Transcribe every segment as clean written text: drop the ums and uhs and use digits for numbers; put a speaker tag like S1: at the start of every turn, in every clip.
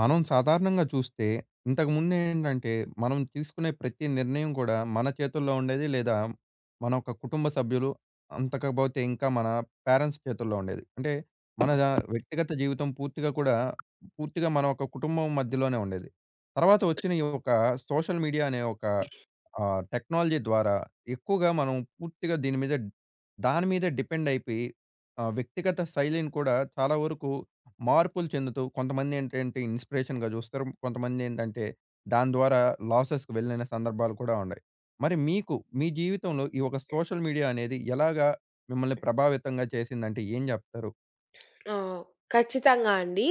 S1: మనం సాధారణంగా చూస్తే ఇంతకుముందేంటంటే, మనం తీసుకునే ప్రతి నిర్ణయం కూడా మన చేతుల్లో ఉండేది. లేదా మన ఒక కుటుంబ సభ్యులు, అంతకపోతే ఇంకా మన పేరెంట్స్ చేతుల్లో ఉండేది. అంటే మన వ్యక్తిగత జీవితం పూర్తిగా కూడా పూర్తిగా మన ఒక కుటుంబం మధ్యలోనే ఉండేది. తర్వాత వచ్చిన ఈ ఒక సోషల్ మీడియా అనే ఒక టెక్నాలజీ ద్వారా ఎక్కువగా మనం పూర్తిగా దీని మీద దాని మీదే డిపెండ్ అయిపోయి వ్యక్తిగత శైలిని కూడా చాలా వరకు మార్పులు చెందుతూ కొంతమందేంటంటే ఇన్‌స్పిరేషన్‌గా చూస్తారు. కొంతమందేంటంటే దాని ద్వారా లాసెస్‌కి వెళ్ళిన సందర్భాలు కూడా ఉన్నాయి. మరి మీకు మీ జీవితంలో ఈ ఒక సోషల్ మీడియా అనేది ఎలాగా మిమ్మల్ని ప్రభావితంగా చేసిందంటే ఏం చెప్తారు?
S2: ఆ! ఖచ్చితంగా అండి.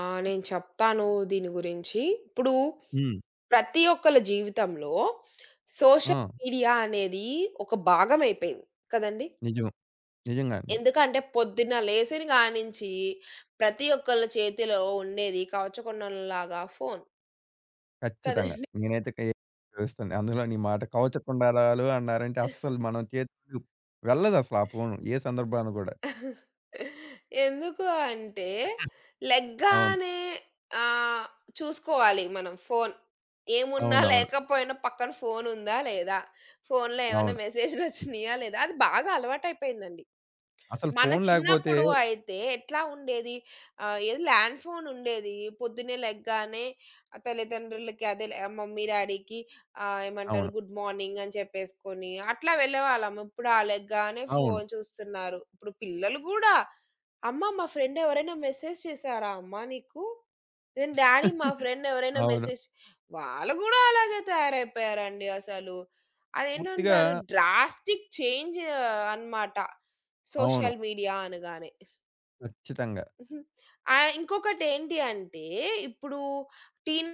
S2: నేను చెప్తాను దీని గురించి. ఇప్పుడు
S1: హ్మ్.
S2: ప్రతి ఒక్కళ్ళ జీవితంలో సోషల్
S1: ఆ!
S2: మీడియా అనేది ఒక భాగమైపోయింది కదండీ!
S1: నిజం. నిజంగా అండి.
S2: ఎందుకంటే పొద్దున్న లేసిన కానించి ప్రతి ఒక్కళ్ళ చేతిలో ఉండేది కవచ కుండలంలాగా ఫోను
S1: ఖచ్చితంగా.
S2: కదండీ!
S1: నేనైతే కే చూస్తుంది. అందులో నీ మాట కవచకుండలాలు అన్నారంటే అస్సలు మనం చేతులు వెళ్ళదసల ఆ ఫోను. ఏ సందర్భాన కూడా.
S2: ఎందుకు అంటే,
S1: అవును.
S2: లెగ్గానే ఆహ్, చూసుకోవాలి మనం ఫోను. ఏమున్నా,
S1: అవునవును.
S2: లేకపోయినా పక్కన ఫోనుందా లేదా? ఫోనులో ఏమైనా
S1: అవును.
S2: మెసేజ్‌లొచ్చినియా లేదా? అది బాగా అలవాటయిపోయిందండి.
S1: అసలు
S2: మన
S1: ఫోను లేకపోతే
S2: చిన్నప్పుడు అయితే ఎట్లా ఉండేది? ఏదో ల్యాండ్ ఫోన్ ఉండేది. పొద్దున్నే లెగ్గానే ఆ తల్లిదండ్రులకి అదే లే మమ్మీ, డ్యాడీకి ఏమంటారు
S1: అవును.
S2: గుడ్ మార్నింగ్ అని చెప్పేసుకొని అట్లా వెళ్ళేవాళ్ళం. ఇప్పుడు ఆ లెగ్గానే
S1: అవును.
S2: ఫోను చూస్తున్నారు. ఇప్పుడు పిల్లలు గూడా అమ్మ మా ఫ్రెండ్ ఎవరైనా మెసేజ్ చేసారా అమ్మా నీకు? నేను డ్యాడీ మా ఫ్రెండ్ ఎవరైనా
S1: అవును.
S2: మెసేజ్ వాళ్ళు గూడా అలాగే తయారైపోయారండి అసలు.
S1: పూర్తిగా
S2: అదేంటంటారు డ్రాస్టిక్ చేంజ్ అన్నమాట.
S1: అవును.
S2: సోషల్ మీడియా అనగానే.
S1: ఖచ్చితంగా.
S2: ఇంకొకటేంటి అంటే ఇప్పుడు టీన్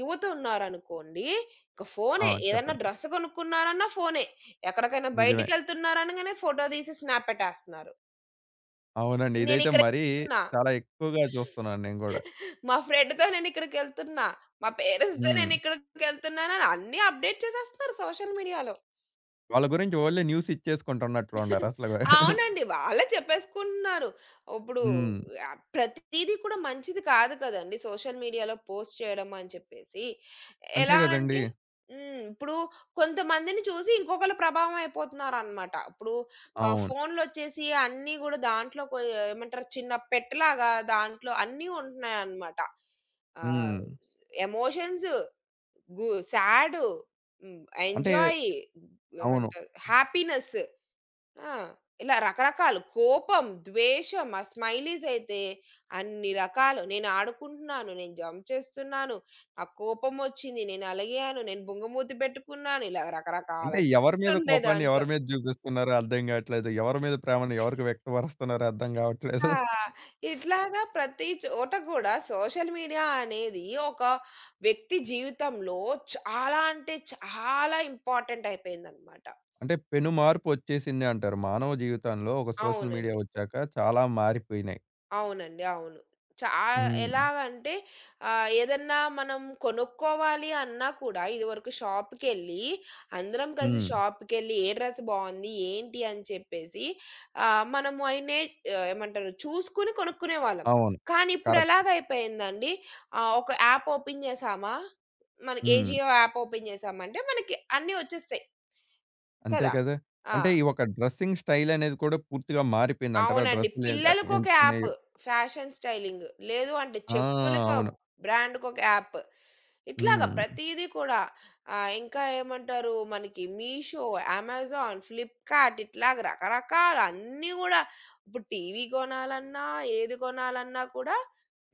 S2: యువత ఉన్నారనుకోండి. ఇక
S1: ఆ!
S2: ఫోనే ఏదన్నా
S1: చెప్పండి.
S2: డ్రెస్ కొనుక్కున్నారన్నా ఫోనే. ఎక్కడికైనా
S1: నిజమే.
S2: బయటికెళ్తున్నారనగానే ఫోటో తీసి స్నాప్ పెట్టేస్తున్నారు.
S1: అవునండి. ఇదైతే మరీ
S2: ఇక్కడున్నా
S1: చాలా ఎక్కువగా చూస్తున్నాను నేను గూడా.
S2: మా ఫ్రెండ్‌తో నేనిక్కడికెళ్తున్నా. మా పేరెంట్స్‌తో
S1: హ్మ్.
S2: నేనిక్కడికెళ్తున్నానని అన్నీ అప్‌డేట్ చేసేస్తున్నారు సోషల్ మీడియాలో.
S1: వాళ్ళ గురించి ఓన్లీ న్యూస్ ఇచ్చేసుకుంటున్నట్లుండారు అసలు.
S2: అవునండి. వాళ్ళే చెప్పేసుకుంటున్నారు. ఇప్పుడు
S1: హ్మ్.
S2: ప్రతీది కూడా మంచిది కాదు కదండీ! సోషల్ మీడియాలో పోస్ట్ చేయడం అని చెప్పేసి.
S1: అంతే
S2: ఎలా
S1: గదండీ!
S2: అంటే అవునండి. ఇప్పుడు కొంతమందిని చూసి ఇంకొకళ్ళు ప్రభావం అయిపోతున్నారనమాట. ఇప్పుడు
S1: అవును.
S2: ఫోన్‌లొచ్చేసి అన్నీ గూడా దాంట్లో ఏమంటారు చిన్న పెట్టలాగా దాంట్లో అన్నీ ఉంటున్నాయన్నమాట. ఆహ్,
S1: హ్మ్.
S2: ఎమోషన్స్, గు సాడు, హ్మ్,
S1: అంటే
S2: ఎంజాయ్
S1: అవును.
S2: ఏమంటారు హ్యాపీనెస్. ఆ! ఇలా రకరకాలు. కోపం, ద్వేషం, ఆ స్మైలీస్ అయితే అన్ని రకాలు. నేను ఆడుకుంటున్నాను, నేను జంప్ చేస్తున్నాను, నాకు కోపమొచ్చింది, నేను అలిగాను, నేను బుంగమూతి పెట్టుకున్నాను. ఇలా రకరకాల
S1: అంటే ఎవరి మీద
S2: ఉండే
S1: కోపాన్ని
S2: దాంట్లో.
S1: ఎవరి మీద చూపిస్తున్నారో అర్థం గాట్లేదు. ఎవరి మీద ప్రేమను ఎవరికి వ్యక్తపరుస్తున్నారో అర్థం గావట్లేదు.
S2: ఆ! ఇట్లాగా ప్రతి చోట కూడా సోషల్ మీడియా అనేది ఒక వ్యక్తి జీవితంలో చాలా అంటే చాలా ఇంపార్టెంట్ అయిపోయిందనమాట.
S1: అంటే పెను మార్పు ఒచ్చేసింది అంటారు. మానవ జీవితంలో ఒక సోషల్ మీడియా
S2: అవునండి.
S1: ఒచ్చాక చాలా మారిపోయినాయి.
S2: అవునండి. అవును. చా
S1: హ్మ్.
S2: ఎలాగంటే ఏదన్నా మనం కొనుక్కోవాలి అన్నా కూడా ఇదివరకు షాప్‌కెళ్ళి అందరం కలిసి
S1: హ్మ్.
S2: షాప్‌కెళ్ళి ఏ డ్రెస్ బావుంది? ఏంటి? అని చెప్పేసి మనము అయినే ఏమంటారు చూసుకొని కొనుక్కునేవాళ్ళం.
S1: అవును.
S2: కానీ ఇప్పుడు
S1: కరెక్ట్.
S2: ఎలాగైపోయిందండి ఒక యాప్ ఓపెన్ చేసామా? మనకి
S1: హ్మ్.
S2: ఏజియో యాప్ ఓపెన్ చేసామంటే మనకి అన్నీ వచ్చేస్తాయి
S1: అంతే
S2: కదా!
S1: కదా! అంటే
S2: ఆ!
S1: ఈ ఒక డ్రెస్సింగ్ స్టైల్ అనేది కూడా పూర్తిగా మారిపోయిందంటారా?
S2: అవునండి.
S1: డ్రెస్సులు
S2: పిల్లలకొక
S1: ఎంచుకునే
S2: యాప్ ఫ్యాషన్ స్టైలింగ్. లేదు అంటే
S1: ఆ!
S2: చెప్పులకో
S1: అవును.
S2: బ్రాండ్‌కొక యాప్. ఇట్లాగా
S1: హ్మ్.
S2: ప్రతీది కూడా. ఇంకా ఏమంటారు మనకి మీషో, అమెజాన్, ఫ్లిప్‌కార్ట్ ఇట్లాగ రకరకాల అన్నీ గూడా ఇప్పుడు టీవీ గొనాలన్నా, ఏది గొనాలన్నా కూడా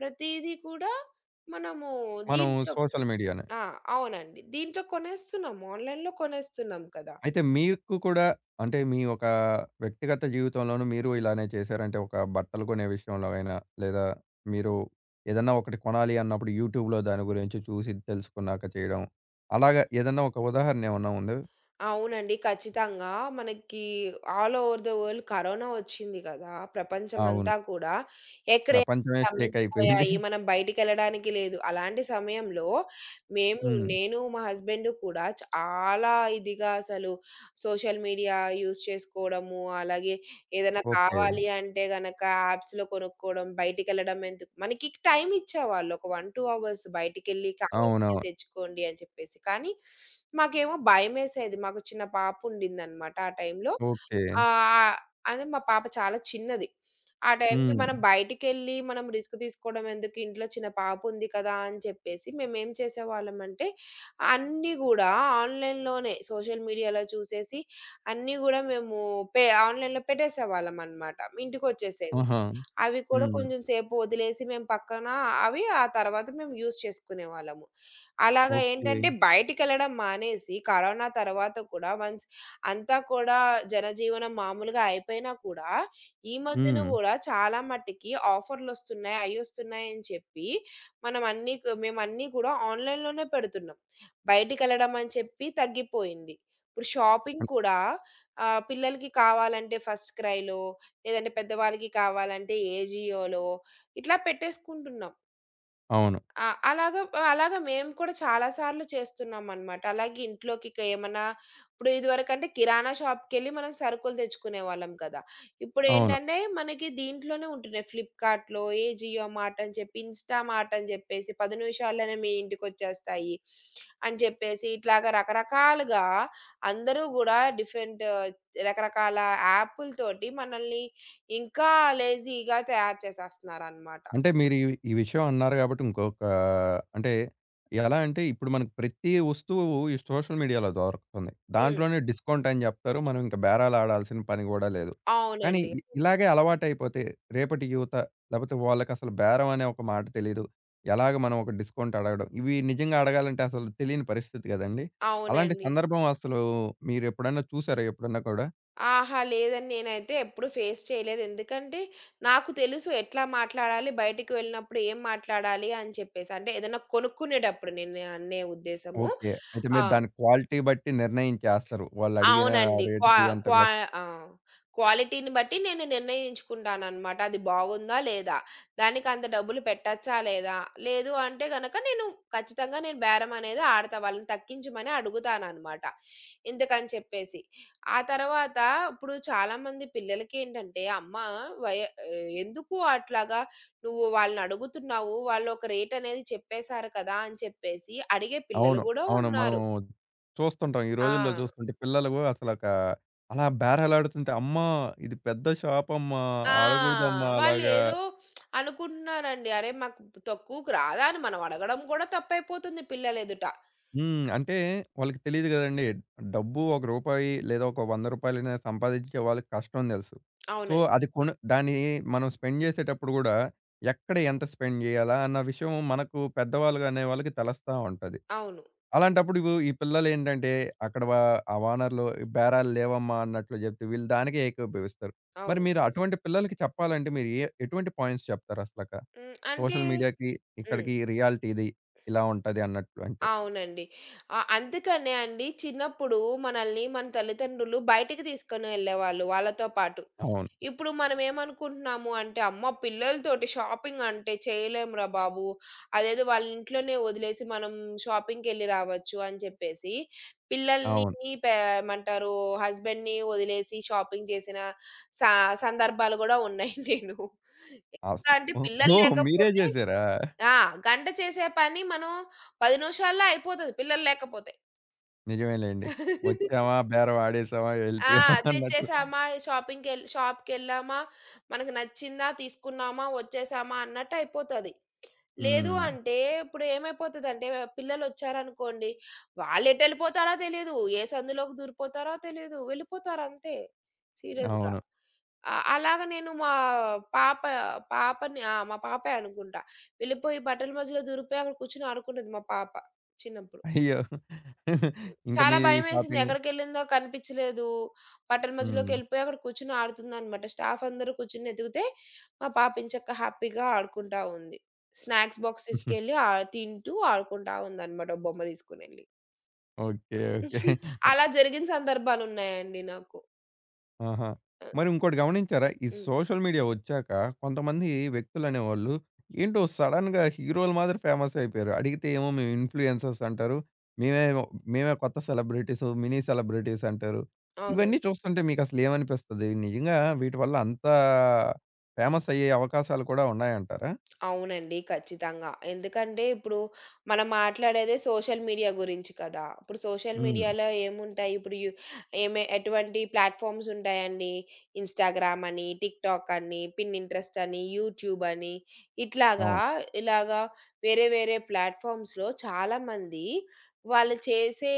S2: ప్రతీది కూడా మనము
S1: మనం
S2: దీంట్లో
S1: సోషల్ మీడియానే.
S2: ఆ! అవునండి. దీంట్లో కొనేస్తున్నాం. ఆన్‌లైన్‌లో కొనేస్తున్నాం కదా!
S1: అయితే మీకు కూడా అంటే మీ ఒక వ్యక్తిగత జీవితంలోనూ మీరు ఇలానే చేసారా? అంటే ఒక బట్టలు కొనే విషయంలో అయినా, లేదా మీరు ఏదన్నా ఒకటి కొనాలి అన్నప్పుడు యూట్యూబ్‌లో దాని గురించి చూసి తెలుసుకున్నాక చేయడం. అలాగా ఏదన్నా ఒక ఉదాహరణ ఏమన్నా ఉందా?
S2: అవునండి. ఖచ్చితంగా. మనకి all over the world corona వచ్చింది కదా!
S1: అవును.
S2: ప్రపంచమంతా కూడా ఎక్కడ
S1: ప్రపంచమే షేక్ అయిపోయింది.
S2: స్తంభించిపోయాయి. మనం బయటికెళ్ళడానికి లేదు. అలాంటి సమయంలో
S1: హ్మ్.
S2: నేను, మా హస్బెండ్ కూడా చాలా ఇదిగా అసలు సోషల్ మీడియా యూజ్ చేసుకోవడము, అలాగే ఏదైనా
S1: ఓకే.
S2: కావాలి అంటే గనక యాప్స్‌లో కొనుక్కోవడం, బయటికెళ్ళడం ఎందుకు మనకి టైం ఇచ్చేవాళ్ళు. ఒక 1, 2 అవర్స్ బయటికెళ్ళి కావాలి మీరు
S1: అవునవును.
S2: తెచ్చుకోండి అని చెప్పేసి. కానీ, మాకేమో భయమేసేది. మాకు చిన్న పాపుండిందనమాట ఆ టైంలో.
S1: ఓకే.
S2: ఆహ్, అదే మా పాప చాలా చిన్నది. ఆ టైంకి
S1: హ్మ్.
S2: మనం బయటికెళ్ళి మనం రిస్క్ తీసుకోవడం ఎందుకు, ఇంట్లో చిన్న పాప ఉంది కదా! అని చెప్పేసి మేమేం చేసేవాళ్ళమంటే, అన్నీ గూడా ఆన్‌లైన్‌లోనే సోషల్ మీడియాలో చూసేసి అన్నీ గూడా మేము ఆన్‌లైన్‌లో పెట్టేసేవాళ్ళమనమాట. ఇంటికొచ్చేసేవి.
S1: ఆహా!
S2: అవి కూడా
S1: హ్మ్.
S2: కొంచెం సేపు వదిలేసి మేము పక్కన అవి ఆ తర్వాత మేము యూజ్ చేసుకునేవాళ్ళము. అలాగా
S1: ఓకే.
S2: ఏంటంటే బయటికెళ్ళడం మానేసి కరోనా తర్వాత కూడా వన్స్ అంతా కూడా జనజీవనం మామూలుగా అయిపోయినా కూడా, ఈ మధ్యన
S1: హ్మ్.
S2: గూడా చాలా మట్టికి ఆఫర్‌లొస్తున్నాయి, అయ్యొస్తున్నాయి అని చెప్పి మనం అన్నీ కు మేమన్నీ కూడా ఆన్‌లైన్‌లోనే పెడుతున్నాం. బయటికెళ్ళడం అని చెప్పి తగ్గిపోయింది. ఇప్పుడు షాపింగ్
S1: అన్
S2: కూడా పిల్లలకి కావాలంటే ఫస్ట్ క్రైలో, లేదంటే పెద్దవాళ్ళకి కావాలంటే ఏజియోలో ఇట్లా పెట్టేసుకుంటున్నాం.
S1: అవును.
S2: ఆ! అలాగా అలాగా మేము కూడా చాలా సార్లు చేస్తున్నామనమాట. అలాగే ఇంట్లోకి ఏమన్నా ఇప్పుడు ఇదివరకంటే కిరాణా షాప్‌కెళ్ళి మనం సరుకులు తెచ్చుకునేవాళ్ళం కదా!
S1: అవును.
S2: ఇప్పుడేంటంటే మనకి దీంట్లోనే ఉంటున్నాయి. ఫ్లిప్‌కార్ట్‌లో, ఏ జియో మార్ట్ అని చెప్పి, ఇన్‌స్టా మార్ట్ అని చెప్పేసి 10 నిమిషాల్లోనే మీ ఇంటికొచ్చేస్తాయి అని చెప్పేసి, ఇట్లాగా రకరకాలుగా అందరూ గూడా డిఫరెంట్ రకరకాల యాపులతోటి మనల్ని ఇంకా లేజీగా తయారు చేసేస్తున్నారనమాట.
S1: అంటే మీరు ఈ ఈ విషయం అన్నారు కాబట్టి ఇంకొక అంటే ఎలా అంటే ఇప్పుడు మనకు ప్రతి వస్తువు ఈ సోషల్ మీడియాలో దొరుకుతుంది.
S2: హ్మ్.
S1: దాంట్లోనే డిస్కౌంట్ అని జెప్తారు. మనం ఇంక బేరాలు ఆడాల్సిన పని గూడా లేదు. కానీ
S2: అవునండి.
S1: ఇలాగే అలవాటైపోతే రేపటి యువత లేపోతే వాళ్ళకసలు బేరం అనే ఒక మాట తెలీదు. ఎలాగ మనం ఒక డిస్కౌంట్ అడగడం. ఇవి నిజంగా అడగాలంటే అసలు తెలియని పరిస్థితి గదండీ! అలాంటి
S2: అవునండి.
S1: సందర్భం అసలు మీరెప్పుడన్నా చూసారా ఎప్పుడన్నా కూడా?
S2: అహా! లేదండి. నేనైతే ఎప్పుడు ఫేస్ చేయలేదు. ఎందుకంటే, నాకు తెలుసు ఎట్లా మాట్లాడాలి, బయటికి వెళ్ళినప్పుడు ఏం మాట్లాడాలి అని చెప్పేసి. అంటే ఏదైనా కొనుక్కునేటప్పుడు నేను అనే ఉద్దేశము.
S1: ఓకే. అయితే
S2: ఆ!
S1: మీరు దాని క్వాలిటీ బట్టి నిర్ణయించేస్తారు. వాళ్ళడిగిన
S2: అవునండి. క్వా
S1: రేట్‌కి ఎంత
S2: క్వా ఆ! క్వాలిటీని బట్టి నేను నిర్ణయించుకుంటాననమాట. అది బాగుందా? లేదా? దానికి అంత డబ్బులు పెట్టచ్చా? లేదా? లేదు అంటే గనక ఖచ్చితంగా నేను బేరం అనేది ఆడతా. వాళ్ళని తగ్గించమని అడుగుతాననమాట. ఎందుకని చెప్పేసి. ఆ తర్వాత ఇప్పుడు చాలామంది పిల్లలకేంటంటే అమ్మ వయ ఎందుకు అట్లాగా నువ్వు వాళ్ళని అడుగుతున్నావు? వాళ్ళు ఒక రేట్ అనేది చెప్పేసారు కదా! అని చెప్పేసి అడిగే పిల్లలు
S1: అవును.
S2: గూడా
S1: అవును. మనం
S2: ఉన్నారు.
S1: చూస్తుంటాం. ఈ
S2: ఆ!
S1: రోజుల్లో చూస్తుంటే పిల్లలు అసలొక అలా బేరాలాడుతుంటే, "అమ్మా! ఇది పెద్ద షాపమ్మా!
S2: ఆ!
S1: ఆడకూడదమ్మా అలాగా."
S2: వాళ్ళేదో అనుకుంటున్నారండి. అరే! మాకు తక్కువకు రాదా అని మనం అడగడం కూడా తప్పైపోతుంది పిల్లలెదుట.
S1: హ్మ్. అంటే వాళ్ళకి తెలీదు గదండీ. డబ్బు రూ. 1 లేదా ఒక రూ. 100 సంపాదించే వాళ్ళకి కష్టం దెలుసు. సో,
S2: అవునండి.
S1: అది కొను దాన్ని మనం స్పెండ్ జేసేటప్పుడు గూడా ఎక్కడ ఎంత స్పెండ్ జేయాలా అన్న విషయం మనకు పెద్దవాళ్ళు అనే వాళ్ళకి తెలుస్తా ఉంటది.
S2: అవును.
S1: అలాంటప్పుడు ఇవు ఈ పిల్లలేంటంటే, అక్కడ ఆ ఓనర్‌లు బేరాలు లేవమ్మా అన్నట్లు జెప్తే, వీళ్ళు దానికే ఏకోపయోగిస్తారు. మరి
S2: అవును.
S1: మీరు అటువంటి పిల్లలకి చెప్పాలంటే, మీరు ఏ ఎటువంటి పాయింట్స్ చెప్తారు అసలక?
S2: హ్మ్. అంటే
S1: సోషల్ మీడియాకి,
S2: హ్మ్.
S1: ఇక్కడికి రియాలిటీ ఇది ఇలా ఉంటది అన్నట్లు అంటే.
S2: అవునండి. అందుకనే అండి చిన్నప్పుడు మనల్ని మన తల్లిదండ్రులు బయటికి తీసుకొని ఎళ్ళేవాళ్ళు వాళ్ళతో పాటు.
S1: అవును.
S2: ఇప్పుడు మనమేమనుకుంటున్నాము అంటే, అమ్మ! పిల్లలతోటి షాపింగ్ అంటే చేయలేమురా బాబు. అదేదో వాళ్ళ ఇంట్లోనే వదిలేసి మనం షాపింగ్‌కెళ్ళి రావచ్చు అని చెప్పేసి, పిల్లల్ని
S1: అవును.
S2: పే ఏమంటారు హస్బెండ్‌ని వదిలేసి షాపింగ్ చేసిన సా సందర్భాలు గూడా ఉన్నాయి నేను.
S1: అస్
S2: ఎట్లా అంటే
S1: ఓహ్!
S2: పిల్లలు
S1: ఓహ్! మీరే
S2: లేకపోతే
S1: జేసారా?
S2: ఆ! గంట చేసే పని మనం 10 నిమిషాల్లో అయిపోతది పిల్లలు లేకపోతే.
S1: నిజమేలెండి. వచ్చామా, బేరం ఆడేసామా,
S2: ఆ!
S1: వెళ్ళిపోయామా అన్నట్టు.
S2: తెచ్చేసామా, షాప్‌కెళ్ళామా, మనకు నచ్చిందా, తీసుకున్నామా, వచ్చేసామా అన్నట్టు అయిపోతది. లేదు
S1: హ్మ్.
S2: అంటే ఇప్పుడు ఏమైపోతదంటే పిల్లలొచ్చారనుకోండి, వాళ్ళెటెళ్ళిపోతారో తెలీదు. ఏ సందులోకి దూరిపోతారో తెలీదు. వెళ్ళిపోతారంతే. సీరియస్‌గా.
S1: అవును.
S2: అలాగ నేను మా పాప పాపని ఆ! మా పాపే అనుకుంటా. వెళ్ళిపోయి బట్టల మధ్యలో దూరిపోయి అక్కడ కూర్చొని ఆడుకుంటది మా పాప చిన్నప్పుడు.
S1: అయ్యో! ఇంక
S2: చాలా
S1: మీ
S2: భయమేసింది.
S1: షాపింగ్
S2: ఎక్కడికెళ్ళిందో కనిపించలేదు. పట్టణ
S1: హ్మ్.
S2: మధ్యలోకెళ్ళిపోయి అక్కడ కూర్చొని ఆడుతుందనమాట. స్టాఫ్ అందరూ కూర్చొని ఎతికితే, మా పాప ఎంచక్కా హ్యాపీగా ఆడుకుంటా ఉంది. స్నాక్స్ బాక్స్ తీసుకెళ్ళి తింటూ ఆడుకుంటా ఉందనమాట ఒక బొమ్మ తీసుకొనెళ్ళి.
S1: ఓకే. ఓకే.
S2: అలా జరిగిన సందర్భాలున్నాయండి నాకు.
S1: ఆహా!
S2: ఆ!
S1: మరి ఇంకోటి గమనించారా? ఈ
S2: హ్మ్.
S1: సోషల్ మీడియా వచ్చాక కొంతమంది వ్యక్తులనేవాళ్ళు ఏంటో సడెన్‌గా హీరోలు మాదిరి ఫేమస్ అయిపోయారు. అడిగితే ఏమో మేము ఇన్‌ఫ్లుయెన్సర్స్ అంటారు. మేమేమో మేమే కొత్త సెలబ్రిటీస్, మినీ సెలబ్రిటీస్ అంటారు. ఇవన్నీ
S2: అవునండి.
S1: చూస్తుంటే మీకసలు ఏమనిపిస్తది? నిజంగా వీటి వల్ల అంత ఫేమస్ అయ్యే అవకాశాలు కూడా ఉన్నాయంటారా?
S2: అవునండి. ఖచ్చితంగా. ఎందుకంటే ఇప్పుడు మనం మాట్లాడేదే సోషల్ మీడియా గురించి కదా! ఇప్పుడు సోషల్
S1: హ్మ్.
S2: మీడియాలో ఏముంటాయి? ఇప్పుడు ఏమే ఎటువంటి ప్లాట్‌ఫార్మ్స్ ఉంటాయండి. ఇన్‌స్టాగ్రామ్ అని, టిక్‌టాక్ అని, పిన్నింట్రెస్ట్ అని, యూట్యూబ్ అని ఇట్లాగా
S1: అవును.
S2: ఇలాగా వేరే వేరే ప్లాట్‌ఫార్మ్స్‌లో చాలామంది వాళ్ళు చేసే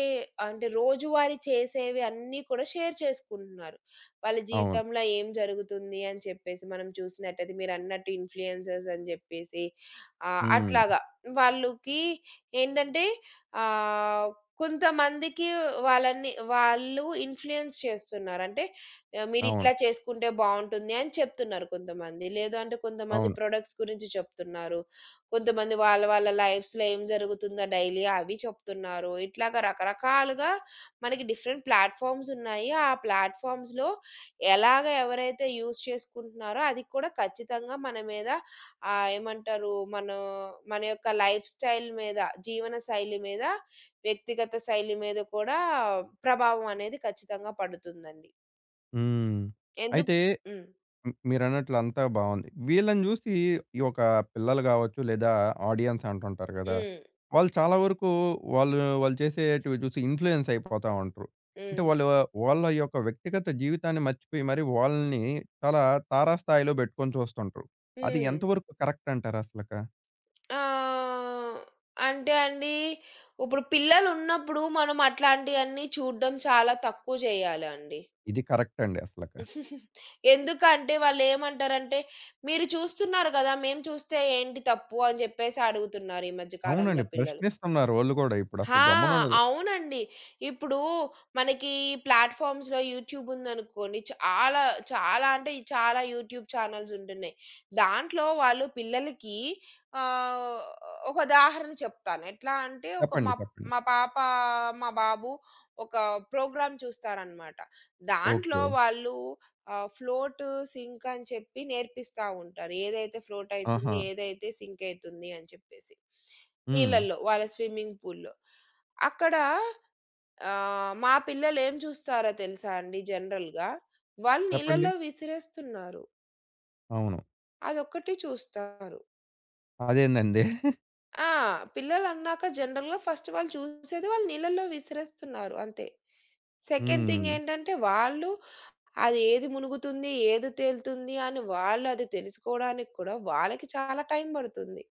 S2: అంటే రోజువారీ చేసేవి అన్నీ కూడా షేర్ చేసుకుంటున్నారు. వాళ్ళ
S1: అవును.
S2: జీవితంలో ఏం జరుగుతుంది అని చెప్పేసి మనం చూసినట్టయితే మీరన్నట్టు ఇన్‌ఫ్లుయెన్సర్స్ అని చెప్పేసి
S1: హ్మ్.
S2: అట్లాగా వాళ్ళకి ఏంటంటే ఆహ్, కొంతమందికి వాళ్ళని వాళ్ళు ఇన్‌ఫ్లుయెన్స్ చేస్తున్నారు. అంటే
S1: అవును.
S2: మీరిట్లా చేసుకుంటే బావుంటుంది అని చెప్తున్నారు కొంతమంది. లేదు అంటే కొంతమంది
S1: అవును.
S2: ప్రొడక్ట్స్ గురించి చెప్తున్నారు. కొంతమంది వాళ్ళ వాళ్ళ లైఫ్స్‌లో ఏం జరుగుతుందో డైలీ అవి చెప్తున్నారు. ఇట్లాగా రకరకాలుగా మనకి డిఫరెంట్ ప్లాట్‌ఫార్మ్స్ ఉన్నాయి. ఆ ప్లాట్‌ఫార్మ్స్‌లో ఎలాగ ఎవరైతే యూజ్ చేసుకుంటున్నారో అది కూడా ఖచ్చితంగా మన మీద ఏమంటారు? మన మన యొక్క లైఫ్ స్టైల్ మీద, జీవన శైలి మీద, వ్యక్తిగత శైలి మీద కూడా ప్రభావం అనేది ఖచ్చితంగా పడుతుందండి.
S1: హ్మ్.
S2: ఎందుకు
S1: అయితే
S2: హ్మ్.
S1: హ్మ్. మీరన్నట్లు అంతా బావుంది. వీళ్ళని జూసి ఈ ఒక పిల్లలు గావచ్చు, లేదా ఆడియన్స్ అంటుంటారు గదా!
S2: హ్మ్.
S1: వాళ్ళు చాలా వరకు వాళ్ళు, వాళ్ళు చేసేటివి చూసి ఇన్‌ఫ్లుయెన్స్ అయిపోతా ఉంటరు. అంటే
S2: హ్మ్.
S1: వాళ్ళు వాళ్ళ యొక్క వ్యక్తిగత జీవితాన్ని మర్చిపోయి మరి వాళ్ళని చాలా తారాస్థాయిలో బెట్టుకొని చూస్తుంటరు. అది
S2: హ్మ్.
S1: ఎంతవరకు కరెక్ట్ అంటారు అసలక?
S2: ఆహ్, అంటే అండి, ఇప్పుడు పిల్లలున్నప్పుడు మనం అట్లాంటియన్నీ చూడడం చాలా తక్కువ చేయాలండి.
S1: ఇది కరెక్ట్ అండి అసలక.
S2: ఎందుకంటే వాళ్ళేమంటారంటే, "మీరు చూస్తున్నారు గదా! మేము చూస్తే ఏంటి తప్పు?" అని జెప్పేసి అడుగుతున్నారు ఈ మధ్య కాలంలో
S1: అవునండి.
S2: పిల్లలు.
S1: ప్రశ్నిస్తున్నారు ఓళ్ళు గూడా ఇప్పుడు
S2: ఆ!
S1: అసలు గమ్మునుండరు.
S2: అవునండి. ఇప్పుడు మనకి ప్లాట్‌ఫార్మ్స్‌లో యూట్యూబ్ ఉందనుకోండి. చాలా అంటే చాలా యూట్యూబ్ ఛానెల్స్ ఉంటున్నాయి. దాంట్లో వాళ్ళు పిల్లలకి ఆహ్, ఒక ఉదాహరణ చెప్తాను. ఎట్లా అంటే ఒక
S1: చెప్పండి.
S2: మా
S1: చెప్పండి.
S2: మా పాప, మా బాబు ఒక ప్రోగ్రామ్ చూస్తారనమాట. దాంట్లో
S1: ఓకే.
S2: వాళ్ళు ఫ్లోట్, సింక్ అని చెప్పి నేర్పిస్తా ఉంటారు. ఏదైతే ఫ్లోట్ అయితుంది,
S1: ఆహా!
S2: ఏదైతే సింక్ అయితుంది అని చెప్పేసి.
S1: హ్మ్.
S2: నీళ్ళల్లో. వాళ్ళ స్విమ్మింగ్ పూల్‌లో. అక్కడ మా పిల్లలేం చూస్తారో తెలుసా అండి జనరల్‌గా? వాళ్ళు
S1: చెప్పండి.
S2: నీళ్ళలో విసిరేస్తున్నారు.
S1: అవును.
S2: అదొక్కటి చూస్తారు.
S1: అదేందండి?
S2: ఆ! పిల్లలన్నాక జనరల్‌గా ఫస్ట్ వాళ్ళు చూసేది వాళ్ళు నీళ్ళలో విసిరేస్తున్నారు అంతే. సెకండ్ థింగ్
S1: హ్మ్.
S2: ఏంటంటే వాళ్ళు అది ఏది మునుగుతుంది, ఏది తేలుతుంది అని వాళ్ళది తెలుసుకోవడానికి కూడా వాళ్ళకి చాలా టైం పడుతుంది.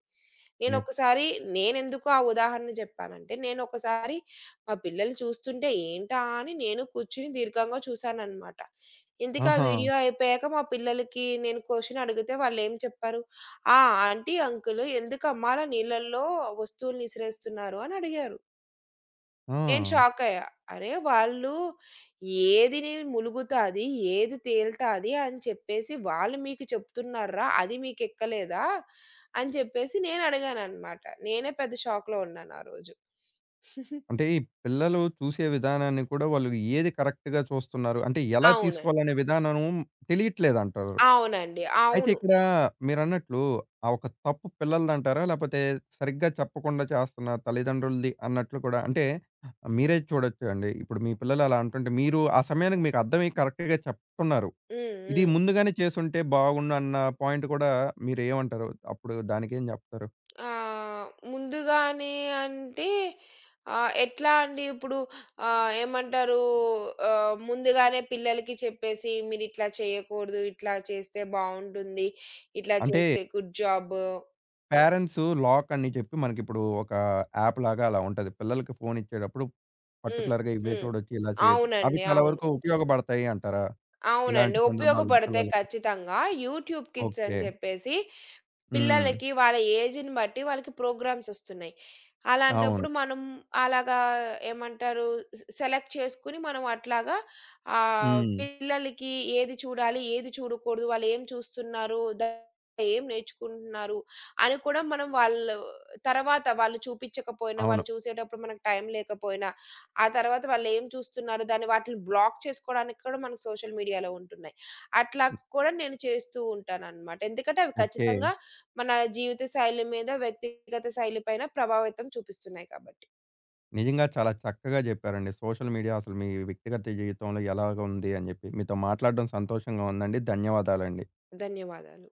S1: నె
S2: నేనొకసారి నేనెందుకు ఆ ఉదాహరణ జెప్పానంటే, నేనొకసారి మా పిల్లలు చూస్తుంటే ఏంటా అని నేను కూర్చొని దీర్ఘంగా చూశాననమాట. ఇంతకీ ఆ
S1: ఆహా!
S2: వీడియో అయిపోయాక మా పిల్లలకి నేను క్వెషన్ అడిగితే వాళ్ళేం చెప్పారు, "ఆ! ఆంటీ, అంకుల్ ఎందుకమ్మా అలా నీళ్ళల్లో వస్తువుల్ని ఇసిరేస్తున్నారు" అని అడిగారు. నేను
S1: ఆ!
S2: షాకయ్యా. అరే! వాళ్ళు ఏది ములుగుతాది, ఏది తేలుతాది అని చెప్పేసి వాళ్ళు మీకు చెప్తున్నార్రా! అది మీకెక్కలేదా? అని చెప్పేసి నేనడిగాననమాట. నేనే పెద్ద షాక్‌లో ఉన్నాను ఆ రోజు.
S1: అంటే ఈ పిల్లలు చూసే విధానాన్ని కూడా వాళ్ళు ఏది కరెక్ట్‌గా చూస్తున్నారు, అంటే ఎలా
S2: అవునండి.
S1: తీసుకోవాలనే విధానం తెలియట్లేదంటారు. అయితే
S2: అవును.
S1: ఇక్కడ మీరన్నట్లు ఆ ఒక తప్పు పిల్లలదంటారా? లేపోతే సరిగ్గా చెప్పకుండా చేస్తున్న తల్లిదండ్రులది అన్నట్లు కూడా అంటే మీరే చూడొచ్చండి. ఇప్పుడు మీ పిల్లలు అలా అంటుంటే మీరు ఆ సమయానికి మీకు అర్థమై కరెక్ట్‌గా చెప్తున్నారు. ఇది
S2: హ్మ్.
S1: ముందుగానే చేసుంటే బాగుండు అన్న పాయింట్ కూడా మీరేమంటారు? అప్పుడు దానికేం జెప్తారు?
S2: ఆహ్, ముందుగానే అంటే ఎట్లా అండి ఇప్పుడు ఏమంటారు ముందుగానే పిల్లలకి చెప్పేసి మీరిట్లా చేయకూడదు, ఇట్లా చేస్తే బావుంటుంది, ఇట్లా
S1: అంటే
S2: చేస్తే గుడ్ జాబ్.
S1: పేరెంట్సు లాక్ అని చెప్పి మనకిప్పుడు ఒక యాప్ లాగా అలా ఉంటది. పిల్లలకి ఫోన్ ఇచ్చేటప్పుడు
S2: హ్మ్.
S1: పర్టిక్యులర్‌గా ఇవే
S2: హ్మ్.
S1: చూడొచ్చు, ఇలా చేయొచ్చు. అవి చాలా
S2: అవును.
S1: వరకు ఉపయోగపడతాయి అంటారా?
S2: అవునండి.
S1: ఇలాంటి సందర్భాలు
S2: ఉపయోగపడతాయి
S1: పిల్లలకి?
S2: ఖచ్చితంగా. యూట్యూబ్ కిడ్స్ అని
S1: ఓకే.
S2: చెప్పేసి
S1: హ్మ్.
S2: పిల్లలకి వాళ్ళ ఏజ్‌ని బట్టి వాళ్ళకి ప్రోగ్రామ్స్ ఒస్తున్నాయి.
S1: అవును.
S2: అలాంటప్పుడు మనం అలాగా ఏమంటారు సెలెక్ట్ చేసుకొని మనం అట్లాగా
S1: హ్మ్.
S2: పిల్లలకి ఏది చూడాలి, ఏది చూడకూడదు, వాళ్ళేం చూస్తున్నారు, దానివల్ల ఏం నేర్చుకుంటున్నారు అని కూడా మనం వాళ్ళు తర్వాత వాళ్ళు చూపించకపోయినా,
S1: అవును.
S2: వాళ్ళు చూసేటప్పుడు మనకు టైం లేకపోయినా, ఆ తర్వాత వాళ్ళేం చూస్తున్నారు దాన్ని వాటిని బ్లాక్ చేసుకోవడానికి కూడా మనకు సోషల్ మీడియాలో ఉంటున్నాయి. అట్లా కూడా నేను చేస్తూ ఉంటాననమాట. ఎందుకంటే అవి
S1: ఓకే.
S2: ఖచ్చితంగా మన జీవిత శైలి మీద, వ్యక్తిగత శైలి పైన ప్రభావితం చూపిస్తున్నాయి కాబట్టి.
S1: నిజంగా చాలా చక్కగా చెప్పారండి. సోషల్ మీడియా అసలు మీ వ్యక్తిగత జీవితంలో ఎలాగుంది అని చెప్పి. మీతో మాట్లాడడం సంతోషంగా ఉందండి. ధన్యవాదాలండి.
S2: ధన్యవాదాలు.